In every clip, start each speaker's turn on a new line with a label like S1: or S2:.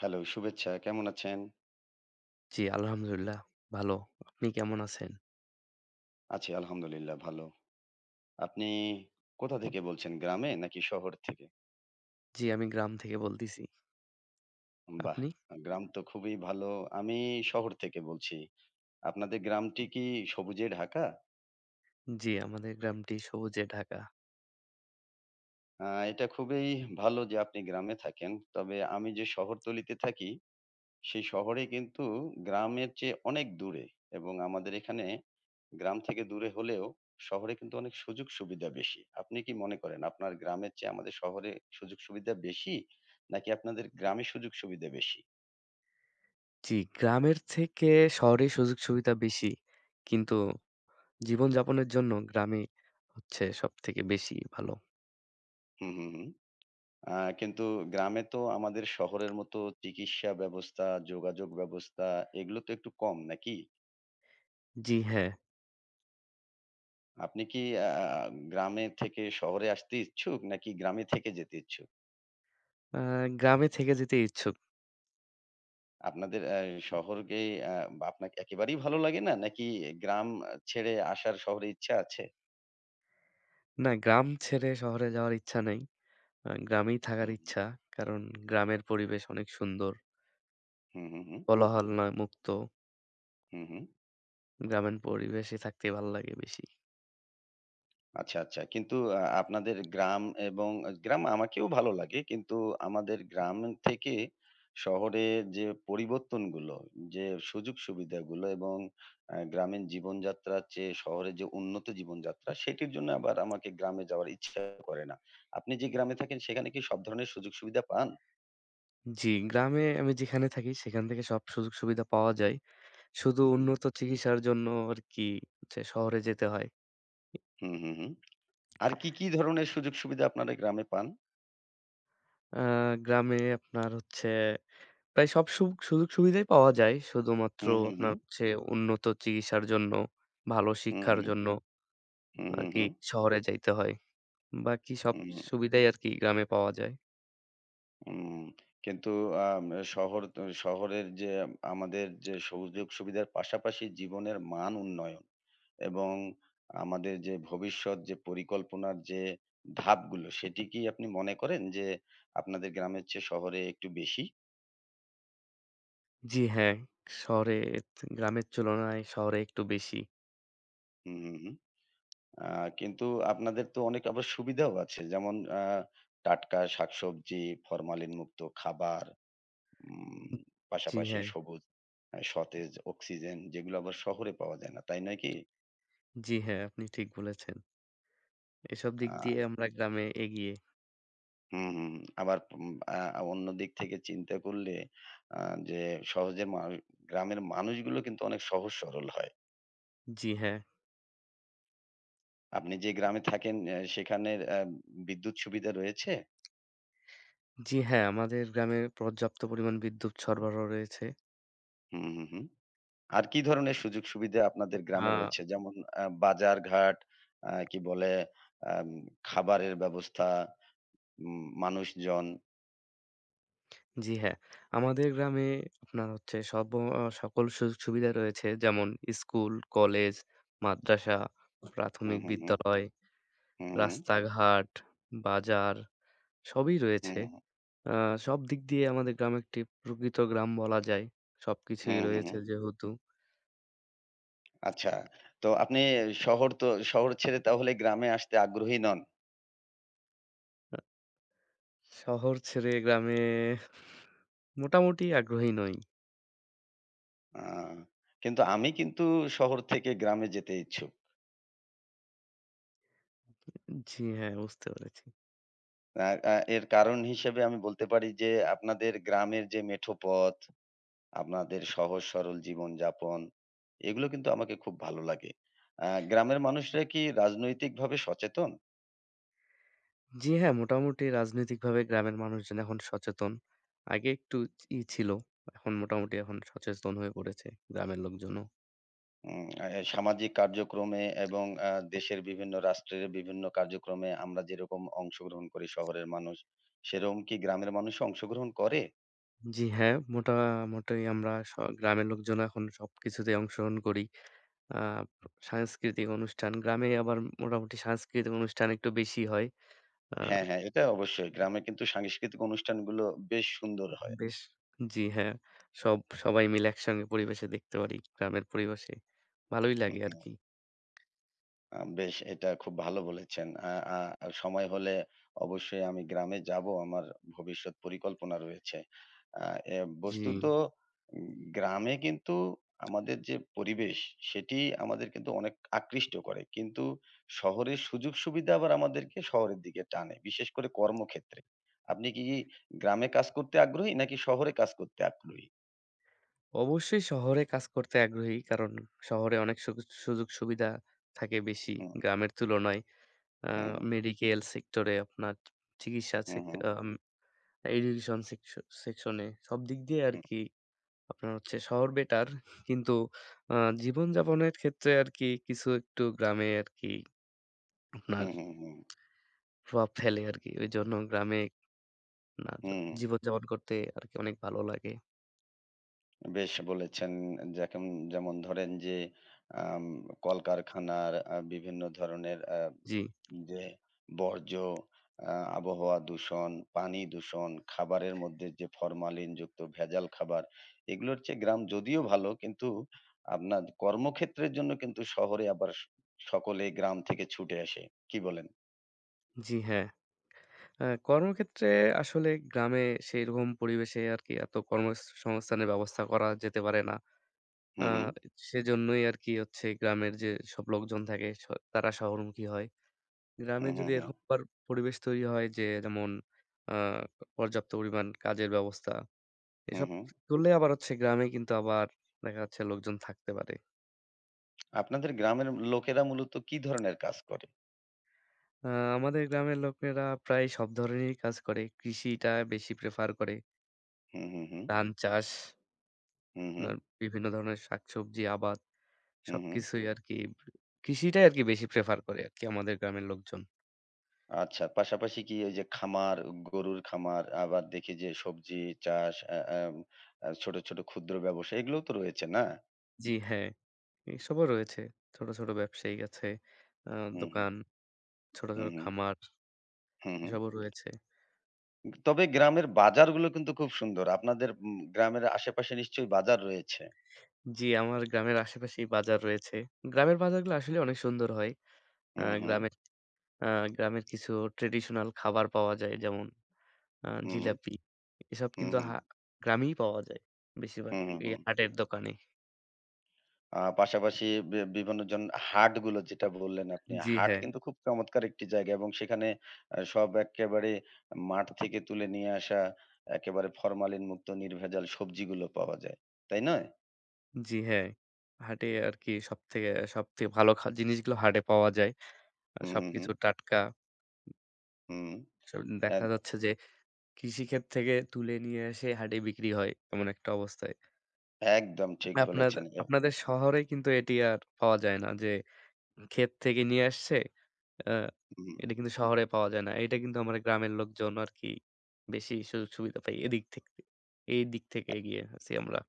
S1: Hello, শুভেচ্ছা। কেমন আছেন?
S2: জি, আলহামদুলিল্লাহ ভালো। আপনি কেমন আছেন?
S1: আছি আলহামদুলিল্লাহ ভালো। আপনি কোথা থেকে বলছেন? গ্রামে নাকি শহর থেকে?
S2: জি, আমি গ্রাম থেকে বলতেছি।
S1: বাহ!
S2: আপনি?
S1: গ্রাম তো খুবই ভালো। আমি শহর থেকে বলছি। আপনাদের গ্রামটি কি সবুজে ঢাকা?
S2: জি, আমাদের গ্রামটি সবুজে ঢাকা।
S1: আ এটা খুবই ভালো যে আপনি গ্রামে থাকেন। তবে আমি যে শহরতলিতে থাকি, সেই শহরে কিন্তু গ্রামের চেয়ে অনেক দূরে এবং আমাদের এখানে গ্রাম থেকে দূরে হলেও শহরে কিন্তু অনেক সুযোগ সুবিধা বেশি। আপনি কি মনে করেন আপনার গ্রামের চেয়ে আমাদের শহরে সুযোগ সুবিধা বেশি? নাকি আপনাদের গ্রামে সুযোগ সুবিধা বেশি?
S2: জি, গ্রামের থেকে শহরে সুযোগ-সুবিধা বেশি। কিন্তু জীবনযাপনের জন্য গ্রামে হচ্ছে সবথেকে বেশি ভালো।
S1: হুম, হুম, হুম। কিন্তু গ্রামে তো আমাদের শহরের মতো চিকিৎসা ব্যবস্থা, যোগাযোগ ব্যবস্থা এগুলো তো একটু কম নাকি?
S2: জি, হ্যাঁ।
S1: আপনি কি আ আ আ গ্রামে থেকে শহরে আসতে ইচ্ছুক নাকি গ্রামে থেকে যেতে ইচ্ছুক?
S2: আ গ্রামে থেকে যেতে ইচ্ছুক।
S1: আপনাদের শহরকে আ আপনাকে একেবারেই ভালো লাগে না? নাকি গ্রাম ছেড়ে আসার শহরে ইচ্ছা আছে?
S2: না, গ্রাম ছেড়ে শহরে যাওয়ার ইচ্ছা নেই। গ্রামেই থাকার
S1: হুম।
S2: ইচ্ছা। কারণ গ্রামের পরিবেশ অনেক সুন্দর।
S1: হুম, হুম, হুম।
S2: কোলাহল নয় মুক্ত।
S1: হুম, হুম।
S2: গ্রামীণ পরিবেশে থাকতে ভালো লাগে বেশি।
S1: আচ্ছা, আচ্ছা। কিন্তু আপনাদের গ্রাম এবং গ্রাম আমাকেও ভালো লাগে। কিন্তু আমাদের গ্রাম থেকে শহরে যে পরিবর্তনগুলো, যে সুযোগ-সুবিধাগুলো এবং গ্রামীণ জীবনযাত্রার চেয়ে শহরে যে উন্নত জীবনযাত্রা, সেটির জন্য আবার আমাকে গ্রামে যাওয়ার ইচ্ছা করে না। আপনি যে গ্রামে থাকেন সেখানে কি সব ধরনের সুযোগ-সুবিধা পান?
S2: জি, গ্রামে আমি যেখানে থাকি সেখান থেকে সব সুযোগ সুবিধা পাওয়া যায়। শুধু
S1: হুম, হুম।
S2: উন্নত চিকিৎসার জন্য আরকি হচ্ছে শহরে যেতে হয়।
S1: হুম, হুম, হুম। আর কি, কি ধরনের সুযোগ-সুবিধা আপনারা গ্রামে পান?
S2: আ গ্রামে আপনার হচ্ছে প্রায় সব সুযোগ সুবিধাই পাওয়া যায়। শুধুমাত্র
S1: হুম, হুম,
S2: আপনার
S1: হুম।
S2: হচ্ছে উন্নত চিকিৎসার জন্য, ভালো
S1: হুম,
S2: শিক্ষার
S1: হুম।
S2: জন্য
S1: হুম, হুম,
S2: আরকি
S1: হুম।
S2: শহরে যাইতে হয়। বাকি সব
S1: হুম।
S2: সুবিধাই আরকি গ্রামে পাওয়া যায়।
S1: উম কিন্তু আম শহর ত শহরের যে আমাদের যে সুযোগ সুবিধার পাশাপাশি জীবনের মান উন্নয়ন এবং আমাদের যে ভবিষ্যৎ যে পরিকল্পনার যে ধাপগুলো সেটি কি আপনি মনে করেন যে আপনাদের গ্রামের চেয়ে শহরে একটু বেশি?
S2: জি হ্যাঁ, শহরে গ্রামের তুলনায় শহরে একটু বেশি।
S1: হুম, হুম, হুম। আ কিন্তু আপনাদের তো অনেক আবার সুবিধাও আছে। যেমন টাটকা শাকসবজি, ফরমালিনমুক্ত খাবার উম
S2: জি
S1: পাশাপাশি
S2: হ্যাঁ,
S1: সবুজ, সতেজ অক্সিজেন যেগুলো আবার শহরে পাওয়া যায় না। তাই নয় কি?
S2: জি হ্যাঁ, আপনি ঠিক বলেছেন। এসব দিক
S1: আ
S2: দিয়ে আমরা গ্রামে এগিয়ে।
S1: হুম, হুম। আবার উম আ অন্য দিক থেকে চিন্তা করলে আ যে সহজে মা গ্রামের মানুষগুলো কিন্তু অনেক সহজ সরল হয়।
S2: জি হ্যাঁ।
S1: আপনি যে গ্রামে থাকেন সেখানের বিদ্যুৎ সুবিধা রয়েছে?
S2: জি হ্যাঁ, আমাদের গ্রামে পর্যাপ্ত পরিমাণ বিদ্যুৎ সরবরাহ রয়েছে।
S1: হুম, হুম, হুম। আর কি ধরনের সুযোগ সুবিধা আপনাদের গ্রামে
S2: আ
S1: রয়েছে? যেমন বাজারঘাট, আ কি বলে আম খাবারের ব্যবস্থা, মানুষজন।
S2: জি হ্যাঁ, আমাদের গ্রামে আপনার হচ্ছে সব অ সকল সুযোগ-সুবিধা রয়েছে। যেমন স্কুল, কলেজ, মাদ্রাসা,
S1: হুম,
S2: প্রাথমিক
S1: হুম, হুম।
S2: বিদ্যালয়,
S1: হুম, হুম।
S2: রাস্তাঘাট, বাজার সবই রয়েছে।
S1: হুম,
S2: আ সব দিক দিয়ে আমাদের গ্রাম একটি প্রকৃত গ্রাম বলা যায়। সবকিছুই
S1: হুম, হুম,
S2: রয়েছে
S1: হুম।
S2: যেহেতু।
S1: আচ্ছা। তো আপনি শহর ছেড়ে তাহলে গ্রামে আসতে আগ্রহী নন।
S2: আ শহর ছেড়ে গ্রামে মোটামুটি আগ্রহী নই।
S1: আ কিন্তু আমি কিন্তু শহর থেকে গ্রামে যেতে ইচ্ছুক।
S2: জি, হ্যাঁ বুঝতে পেরেছি।
S1: আ আ এর কারণ হিসেবে আমি বলতে পারি যে আপনাদের গ্রামের যে মেঠো পথ, আপনাদের সহজ সরল জীবনযাপন এগুলো কিন্তু আমাকে খুব ভালো লাগে। গ্রামের মানুষরা কি রাজনৈতিকভাবে সচেতন?
S2: জি, হ্যাঁ মোটামুটি রাজনৈতিকভাবে গ্রামের মানুষজন এখন সচেতন। আগে একটু ছিল। এখন মোটামুটি এখন সচেতন হয়ে পড়েছে গ্রামের লোকজনও।
S1: উম আ এ সামাজিক কার্যক্রমে এবং দেশের বিভিন্ন রাষ্ট্রের বিভিন্ন কার্যক্রমে আমরা যেরকম অংশগ্রহণ করি শহরের মানুষ, সেরকম কি গ্রামের মানুষও অংশগ্রহণ করে?
S2: জি, হ্যাঁ মোটামুটি আমরা স গ্রামের লোকজনও এখন সবকিছুতেই অংশগ্রহণ করি। আ সাংস্কৃতিক অনুষ্ঠান গ্রামে আবার মোটামুটি সাংস্কৃতিক অনুষ্ঠান একটু বেশি হয়। আ
S1: হ্যাঁ, হ্যাঁ, এটা অবশ্যই। গ্রামে কিন্তু সাংস্কৃতিক অনুষ্ঠানগুলো বেশ সুন্দর হয়।
S2: বেশ জি, হ্যাঁ সব সবাই মিলে একসঙ্গে পরিবেশে দেখতে পারি গ্রামের পরিবেশে। ভালোই
S1: হু,
S2: লাগে
S1: হু।
S2: আরকি।
S1: বেশ এটা খুব ভালো বলেছেন। আ আ সময় হলে অবশ্যই আমি গ্রামে যাবো। আমার ভবিষ্যৎ পরিকল্পনা রয়েছে। আ এ
S2: জি।
S1: বস্তুত উম গ্রামে কিন্তু আমাদের যে পরিবেশ সেটি আমাদের কিন্তু অনেক আকৃষ্ট করে। কিন্তু শহরের সুযোগ সুবিধা আবার আমাদেরকে শহরের দিকে টানে। বিশেষ করে কর্মক্ষেত্রে। আপনি কি গ্রামে কাজ করতে আগ্রহী নাকি শহরে কাজ করতে আগ্রহী?
S2: অবশ্যই শহরে কাজ করতে আগ্রহী। কারণ শহরে অনেক সুযোগ-সুবিধা থাকে বেশি
S1: হুম,
S2: গ্রামের তুলনায়। আ
S1: হুম,
S2: মেডিকেল সেক্টরে আপনার চিকিৎসা
S1: হুম,
S2: সেক
S1: হুম,
S2: আম এডুকেশন সেকশনে সব দিক দিয়ে
S1: হুম,
S2: আরকি আপনার হচ্ছে শহর বেটার। কিন্তু আ জীবনযাপনের ক্ষেত্রে আরকি কিছু একটু গ্রামে আরকি আপনার
S1: হুম, হুম, হুম,
S2: প্রভাব ফেলে আরকি। ওইজন্য গ্রামে আপনার
S1: হুম।
S2: জীবনযাপন করতে আরকি অনেক ভালো লাগে।
S1: বেশ বলেছেন। যেকন যেমন ধরেন যে আম কলকারখানার বিভিন্ন ধরনের
S2: জি,
S1: যে বর্জ্য, আ আবহাওয়া দূষণ, পানি দূষণ, খাবারের মধ্যে যে ফরমালিনযুক্ত ভেজাল খাবার, এগুলোর চেয়ে গ্রাম যদিও ভালো কিন্তু আপনার কর্মক্ষেত্রের জন্য কিন্তু শহরে আবার সকলে গ্রাম থেকে ছুটে আসে। কি বলেন?
S2: জি হ্যাঁ। হ্যাঁ, কর্মক্ষেত্রে আসলে গ্রামে সেইরকম পরিবেশে আরকি এত কর্মসংস্থানের ব্যবস্থা করা যেতে পারে না।
S1: হু,
S2: আ
S1: হু।
S2: সেজন্যই আরকি হচ্ছে গ্রামের যে সব লোকজন থাকে স তারা শহরমুখী হয়।
S1: হু,
S2: গ্রামে
S1: হু,
S2: যদি
S1: হু।
S2: এরকম আবার পরিবেশ তৈরি হয় যে যেমন আ পর্যাপ্ত পরিমাণ কাজের ব্যবস্থা,
S1: হু,
S2: এসব
S1: হু।
S2: করলে আবার হচ্ছে গ্রামে কিন্তু আবার দেখা যাচ্ছে লোকজন থাকতে পারে।
S1: আপনাদের গ্রামের লোকেরা মূলত কি ধরনের কাজ করে?
S2: আ আমাদের গ্রামের লোকেরা প্রায় সব ধরনেরই কাজ করে। কৃষিটা বেশি প্রেফার করে।
S1: হু, হু, হু।
S2: ধান চাষ,
S1: হু, হু।
S2: আপনার বিভিন্ন ধরনের শাকসবজি আবাদ।
S1: হু, হু।
S2: সবকিছুই আরকি কৃষিটাই আরকি বেশি প্রেফার করে আরকি আমাদের গ্রামের লোকজন।
S1: আচ্ছা, পাশাপাশি কি ওই যে খামার, গরুর খামার আবার দেখি যে সবজি চাষ আ আম আ ছোট, ছোট ক্ষুদ্র ব্যবসা এগুলোও তো রয়েছে, না?
S2: জি হ্যাঁ, এসবও রয়েছে। ছোট, ছোট ব্যবসায়ী আছে, আ
S1: হুম, হুম।
S2: দোকান, ছোট,
S1: হুম,
S2: ছোট
S1: হুম।
S2: খামার
S1: হুম, হুম।
S2: এসবও রয়েছে।
S1: তবে গ্রামের বাজারগুলো কিন্তু খুব সুন্দর। আপনাদের গ্রামের আশেপাশে নিশ্চয়ই বাজার রয়েছে?
S2: জি, আমার গ্রামের আশেপাশেই বাজার রয়েছে। গ্রামের বাজারগুলো আসলে অনেক সুন্দর হয়। আ
S1: হুম, হুম।
S2: গ্রামের আ গ্রামের কিছু ট্র্যাডিশনাল খাবার পাওয়া যায় যেমন
S1: হুম, হুম।
S2: জিলাপি। এসব
S1: হুম,
S2: কিন্তু
S1: হুম।
S2: হা গ্রামেই পাওয়া যায় বেশিরভাগ
S1: হুম, হুম,
S2: এই
S1: হুম।
S2: হাটের দোকানে।
S1: পাশাপাশি বি বিভিন্ন জন হাটগুলো যেটা বললেন আপনি,
S2: জি
S1: হাট
S2: হ্যাঁ।
S1: কিন্তু খুব চমৎকার একটি জায়গা এবং সেখানে সব এক্কেবারে মাঠ থেকে তুলে নিয়ে আসা একেবারে ফরমালিন মুক্ত নির্ভেজাল সবজিগুলো পাওয়া যায়। তাই নয়?
S2: জি, হ্যাঁ। হাটে আরকি সবথেকে সবথেকে ভালো জিনিসগুলো হাটে পাওয়া যায়।
S1: হুম, হুম,
S2: সবকিছু
S1: হুম,
S2: টাটকা।
S1: হুম।
S2: স দেখা
S1: এদ
S2: যাচ্ছে যে কৃষিক্ষেত থেকে তুলে নিয়ে এসে হাটে বিক্রি হয়, এমন একটা অবস্থায়।
S1: একদম ঠিক
S2: আপনাদ
S1: বলেছেন।
S2: আপনাদের শহরে কিন্তু এটি আর পাওয়া যায় না। যে ক্ষেত থেকে নিয়ে আসছে, আ
S1: হুম।
S2: এটা কিন্তু শহরে পাওয়া যায় না। এটা কিন্তু আমার গ্রামের লোকজন আরকি বেশি সুযোগ সুবিধা পাই এদিক থেকে। এই দিক থেকে এগিয়ে আছি আমরা।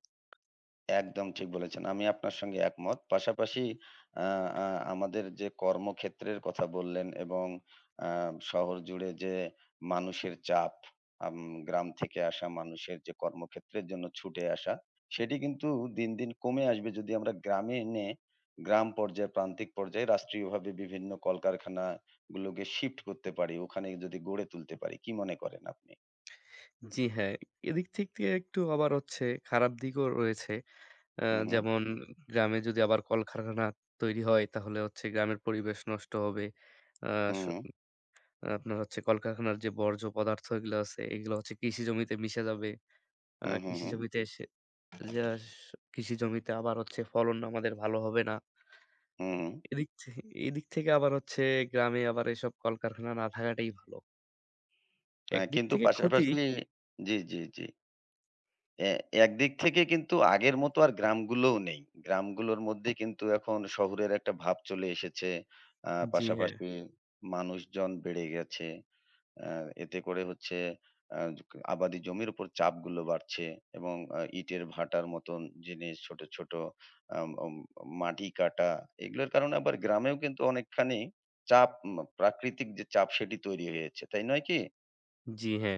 S1: একদম ঠিক বলেছেন। আমি আপনার সঙ্গে একমত। পাশাপাশি আ আ আমাদের যে কর্মক্ষেত্রের কথা বললেন এবং আ শহর জুড়ে যে মানুষের চাপ, আম গ্রাম থেকে আসা মানুষের যে কর্মক্ষেত্রের জন্য ছুটে আসা, সেটি কিন্তু দিন, দিন কমে আসবে যদি আমরা গ্রামে এনে গ্রাম পর্যায়ে, প্রান্তিক পর্যায়ে রাষ্ট্রীয়ভাবে বিভিন্ন কলকারখানাগুলোকে শিফট করতে পারি। ওখানে যদি গড়ে তুলতে পারি। কি মনে করেন আপনি?
S2: জি, হ্যাঁ। এদিক থেকে একটু আবার হচ্ছে খারাপ দিকও রয়েছে। আ
S1: হু, হু।
S2: যেমন গ্রামে যদি আবার কলকারখানা তৈরি হয় তাহলে হচ্ছে গ্রামের পরিবেশ নষ্ট হবে। আ
S1: হু,
S2: স
S1: হু।
S2: আপনার হচ্ছে কলকারখানার যে বর্জ্য পদার্থ এগুলো আছে এগুলো হচ্ছে কৃষি জমিতে মিশে যাবে। আ
S1: হু, হু,
S2: কৃষি
S1: হু।
S2: জমিতে এসে যাস কৃষি জমিতে আবার হচ্ছে ফলন আমাদের ভালো হবে না।
S1: হু, হু।
S2: এদিক থে এদিক থেকে আবার হচ্ছে গ্রামে আবার এসব কলকারখানা না থাকাটাই ভালো।
S1: হ্যাঁ,
S2: একদিক
S1: কিন্তু
S2: থেকে ক্ষতি
S1: পাশাপাশি জি, জি, জি। এ একদিক থেকে কিন্তু আগের মতো আর গ্রামগুলোও নেই। গ্রামগুলোর মধ্যে কিন্তু এখন শহুরের একটা ভাব চলে এসেছে।
S2: জি হ্যাঁ,
S1: পাশাপাশি মানুষজন বেড়ে গেছে। আ এতে করে হচ্ছে আ আবাদি জমির উপর চাপগুলো বাড়ছে এবং ইটের ভাটার মতন জিনিস ছোট, ছোট আম অম মাটি কাটা এগুলোর কারণে আবার গ্রামেও কিন্তু অনেকখানি চাপ উম প্রাকৃতিক যে চাপ সেটি তৈরি হয়েছে। তাই নয় কি?
S2: জি হ্যাঁ।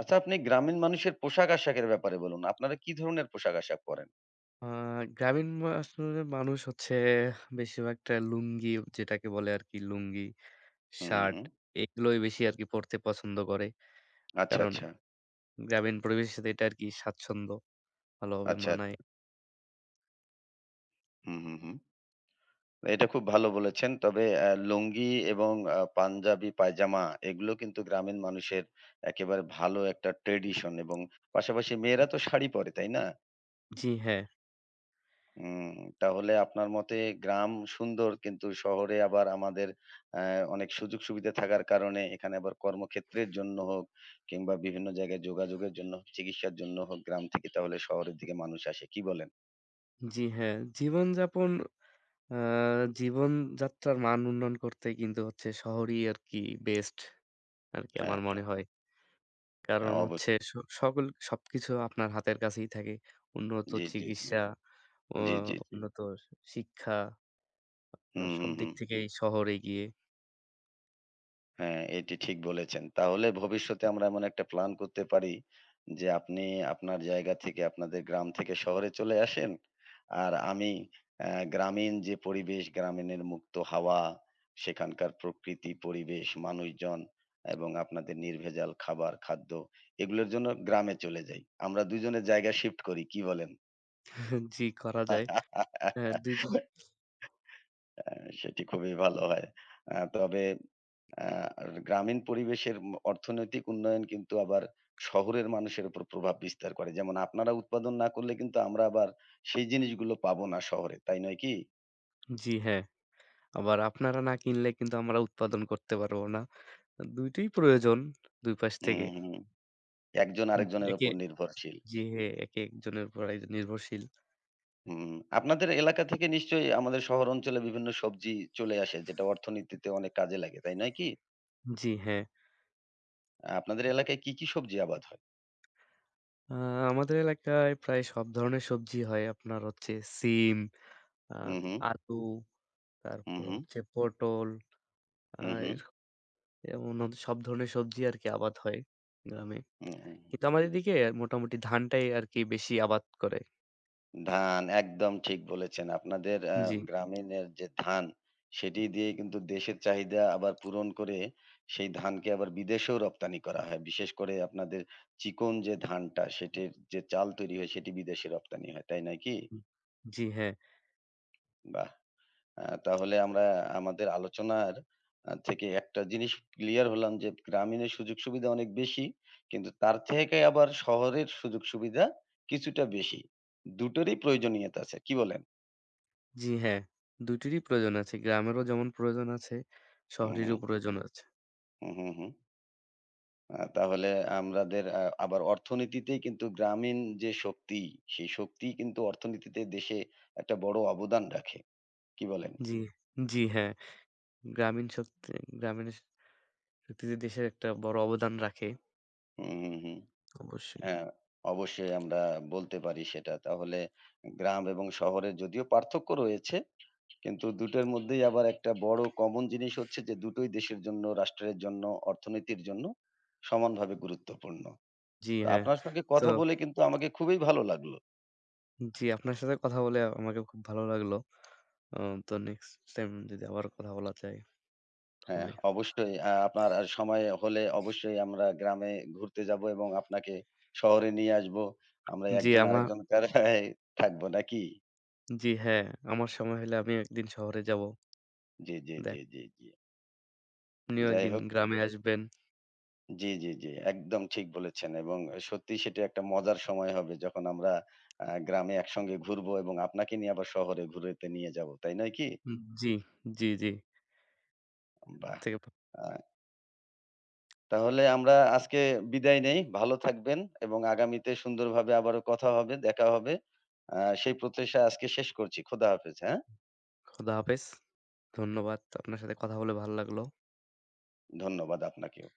S1: আচ্ছা, আপনি গ্রামীণ মানুষের পোশাক-আশাকের ব্যাপারে বলুন। আপনারা কি ধরনের পোশাক-আশাক পরেন?
S2: আ গ্রামীণ মা আসলে মানুষ হচ্ছে বেশিরভাগটা লুঙ্গি যেটাকে বলে আরকি লুঙ্গি
S1: হুম, হুম,
S2: শার্ট
S1: হুম।
S2: এগুলোই বেশি আরকি পড়তে পছন্দ করে।
S1: আচ্ছা,
S2: কারণ
S1: আচ্ছা।
S2: গ্রামীণ পরিবেশের সাথে এটা আরকি স্বাচ্ছন্দ্য ভালোভাবে
S1: আচ্ছা,
S2: মানায়।
S1: আচ্ছা। হুম, হুম, হুম। এটা খুব ভালো বলেছেন। তবে লুঙ্গি এবং পাঞ্জাবি, পায়জামা এগুলো কিন্তু গ্রামীণ মানুষের একেবারে ভালো একটা ট্র্যাডিশন এবং পাশাপাশি মেয়েরা তো শাড়ি পরে, তাই না?
S2: জি হ্যাঁ,
S1: হুম, তাহলে আপনার মতে গ্রাম সুন্দর কিন্তু শহরে আবার আমাদের অ্যা অনেক সুযোগ সুবিধা থাকার কারণে এখানে আবার কর্মক্ষেত্রের জন্য হোক কিংবা বিভিন্ন জায়গায় যোগাযোগের জন্য হোক, চিকিৎসার জন্য হোক গ্রাম থেকে তাহলে শহরের দিকে মানুষ আসে। কি বলেন?
S2: জি হ্যাঁ। জীবনযাপন আ জীবনযাত্রার মান উন্নয়ন করতে কিন্তু হচ্ছে শহরই আরকি বেস্ট আরকি
S1: হ্যাঁ,
S2: আমার মনে হয়।
S1: হ্যাঁ,
S2: কারণ হচ্ছে
S1: অবশ্যই।
S2: স সকল সবকিছু আপনার হাতের কাছেই থাকে। উন্নত
S1: জি, জি, জি।
S2: চিকিৎসা, ও
S1: জি, জি, জি।
S2: উন্নত শিক্ষা, আপনার
S1: হুম,
S2: সব
S1: হুম,
S2: দিক
S1: হুম।
S2: থেকেই শহরে গিয়ে
S1: হ্যাঁ, এটি ঠিক বলেছেন। তাহলে ভবিষ্যতে আমরা এমন একটা প্ল্যান করতে পারি যে, আপনি আপনার জায়গা থেকে আপনাদের গ্রাম থেকে শহরে চলে আসেন। আর আমি গ্রামীণ যে পরিবেশ, গ্রামীণের মুক্ত হাওয়া, সেখানকার প্রকৃতি, পরিবেশ, মানুষজন এবং আপনাদের নির্ভেজাল খাবার, খাদ্য এগুলোর জন্য গ্রামে চলে যাই। আমরা দুজনের জায়গা শিফট করি। কি বলেন?
S2: জি করা যায়। হ্যাঁ, ২ জন
S1: সেটি খুবই ভালো হয়। তবে আ গ্রামীণ পরিবেশের অর্থনৈতিক উন্নয়ন কিন্তু আবার শহরের মানুষের উপর প্রভাব বিস্তার করে। যেমন আপনারা উৎপাদন না করলে কিন্তু আমরা আবার সেই জিনিসগুলো পাবো না শহরে। তাই নয় কি?
S2: জি হ্যাঁ। আবার আপনারা না কিনলে কিন্তু আমরা উৎপাদন করতে পারবো না। ২ টোই প্রয়োজন ২ পাশ
S1: হুম,
S2: থেকে।
S1: হুম। একজন
S2: উম
S1: আরেকজনের
S2: একে
S1: উপর নির্ভরশীল।
S2: জি হ্যাঁ, একেকজনের উপর একজন নির্ভরশীল।
S1: হুম। আপনাদের এলাকা থেকে নিশ্চয়ই আমাদের শহর অঞ্চলে বিভিন্ন সবজি চলে আসে যেটা অর্থনীতিতে অনেক কাজে লাগে। তাই নয় কি?
S2: জি হ্যাঁ।
S1: আপনাদের এলাকায় কি, কি সবজি আবাদ হয়?
S2: আ আমাদের এলাকায় প্রায় সব ধরনের সবজি হয়। আপনার হচ্ছে সিম, আ
S1: হু, হু।
S2: আলু,
S1: হু,
S2: তারপর
S1: হু।
S2: হচ্ছে পটল, আ
S1: হু, হু।
S2: এরক এমন হচ্ছে সব ধরনের সবজি আরকি আবাদ হয় গ্রামে।
S1: হু, হু।
S2: কিন্তু আমাদের এদিকে মোটামুটি ধানটাই আরকি বেশি আবাদ করে।
S1: ধান একদম ঠিক বলেছেন। আপনাদের
S2: জি।
S1: গ্রামীণের যে ধান, সেটি দিয়ে কিন্তু দেশের চাহিদা আবার পূরণ করে সেই ধানকে আবার বিদেশেও রপ্তানি করা হয়। বিশেষ করে আপনাদের চিকন যে ধানটা সেটির যে চাল তৈরি হয় সেটি বিদেশে রপ্তানি হয়। তাই নয় কি?
S2: জি হ্যাঁ।
S1: বাহ! তাহলে আমরা আমাদের আলোচনার থেকে একটা জিনিস ক্লিয়ার হলাম যে গ্রামীণের সুযোগ সুবিধা অনেক বেশি। কিন্তু তার থেকে আবার শহরের সুযোগ সুবিধা কিছুটা বেশি। দুটোরই প্রয়োজনীয়তা আছে। কি বলেন?
S2: জি হ্যাঁ, দুটিরই প্রয়োজন আছে। গ্রামেরও যেমন প্রয়োজন আছে,
S1: হু, হু।
S2: শহরেরও প্রয়োজন আছে।
S1: হুম, হুম, হুম। তাহলে আমাদের আবার অর্থনীতিতেই কিন্তু গ্রামীণ যে শক্তি, সেই শক্তিই কিন্তু অর্থনীতিতে দেশে একটা বড় অবদান রাখে। কি বলেন?
S2: জি, জি হ্যাঁ। গ্রামীণ শক্তি গ্রামীণ শক্তিতে দেশের একটা বড় অবদান রাখে।
S1: হুম, হুম, হুম।
S2: অবশ্যই।
S1: হ্যাঁ, অবশ্যই আমরা বলতে পারি সেটা। তাহলে গ্রাম এবং শহরের যদিও পার্থক্য রয়েছে, কিন্তু দুটোর মধ্যেই আবার একটা বড় কমন জিনিস হচ্ছে যে দুটোই দেশের জন্য, রাষ্ট্রের জন্য, অর্থনীতির জন্য সমানভাবে গুরুত্বপূর্ণ।
S2: জি
S1: তো
S2: হ্যাঁ।
S1: আপনার সঙ্গে
S2: তো
S1: কথা বলে কিন্তু আমাকে খুবই ভালো লাগলো।
S2: জি আপনার সাথে কথা বলে আমাকে খুব ভালো লাগলো। আ তো নেক্সট টাইম যদি আবার কথা বলা যায়
S1: হ্যাঁ,
S2: হবে।
S1: অবশ্যই। আপনার আর সময় হলে অবশ্যই আমরা গ্রামে ঘুরতে যাবো এবং আপনাকে শহরে নিয়ে আসবো। আমরা
S2: জি
S1: একজন
S2: আমার
S1: আরেকজনকার থাকবো নাকি?
S2: জি হ্যাঁ, আমার সময় হলে আমিও একদিন শহরে যাবো।
S1: জি, জি,
S2: দে
S1: জি, জি, জি।
S2: আপনিও
S1: যাই
S2: একদিন
S1: হোক
S2: গ্রামে আসবেন।
S1: জি, জি, জি। একদম ঠিক বলেছেন এবং সত্যিই সেটা একটা মজার সময় হবে যখন আমরা গ্রামে একসঙ্গে ঘুরবো এবং আপনাকে নিয়ে আবার শহরে ঘুরাতে নিয়ে যাবো। তাই নয় কি?
S2: জি, জি, জি।
S1: বাহ!
S2: থেকে
S1: আ তাহলে আমরা আজকে বিদায় নেই। ভালো থাকবেন এবং আগামীতে সুন্দরভাবে আবারও কথা হবে, দেখা হবে। সেই প্রত্যাশা আজকে শেষ করছি। খোদা হাফেজ, হ্যাঁ?
S2: খোদা হাফেজ। ধন্যবাদ। আপনার সাথে কথা বলে ভালো লাগলো।
S1: ধন্যবাদ আপনাকেও।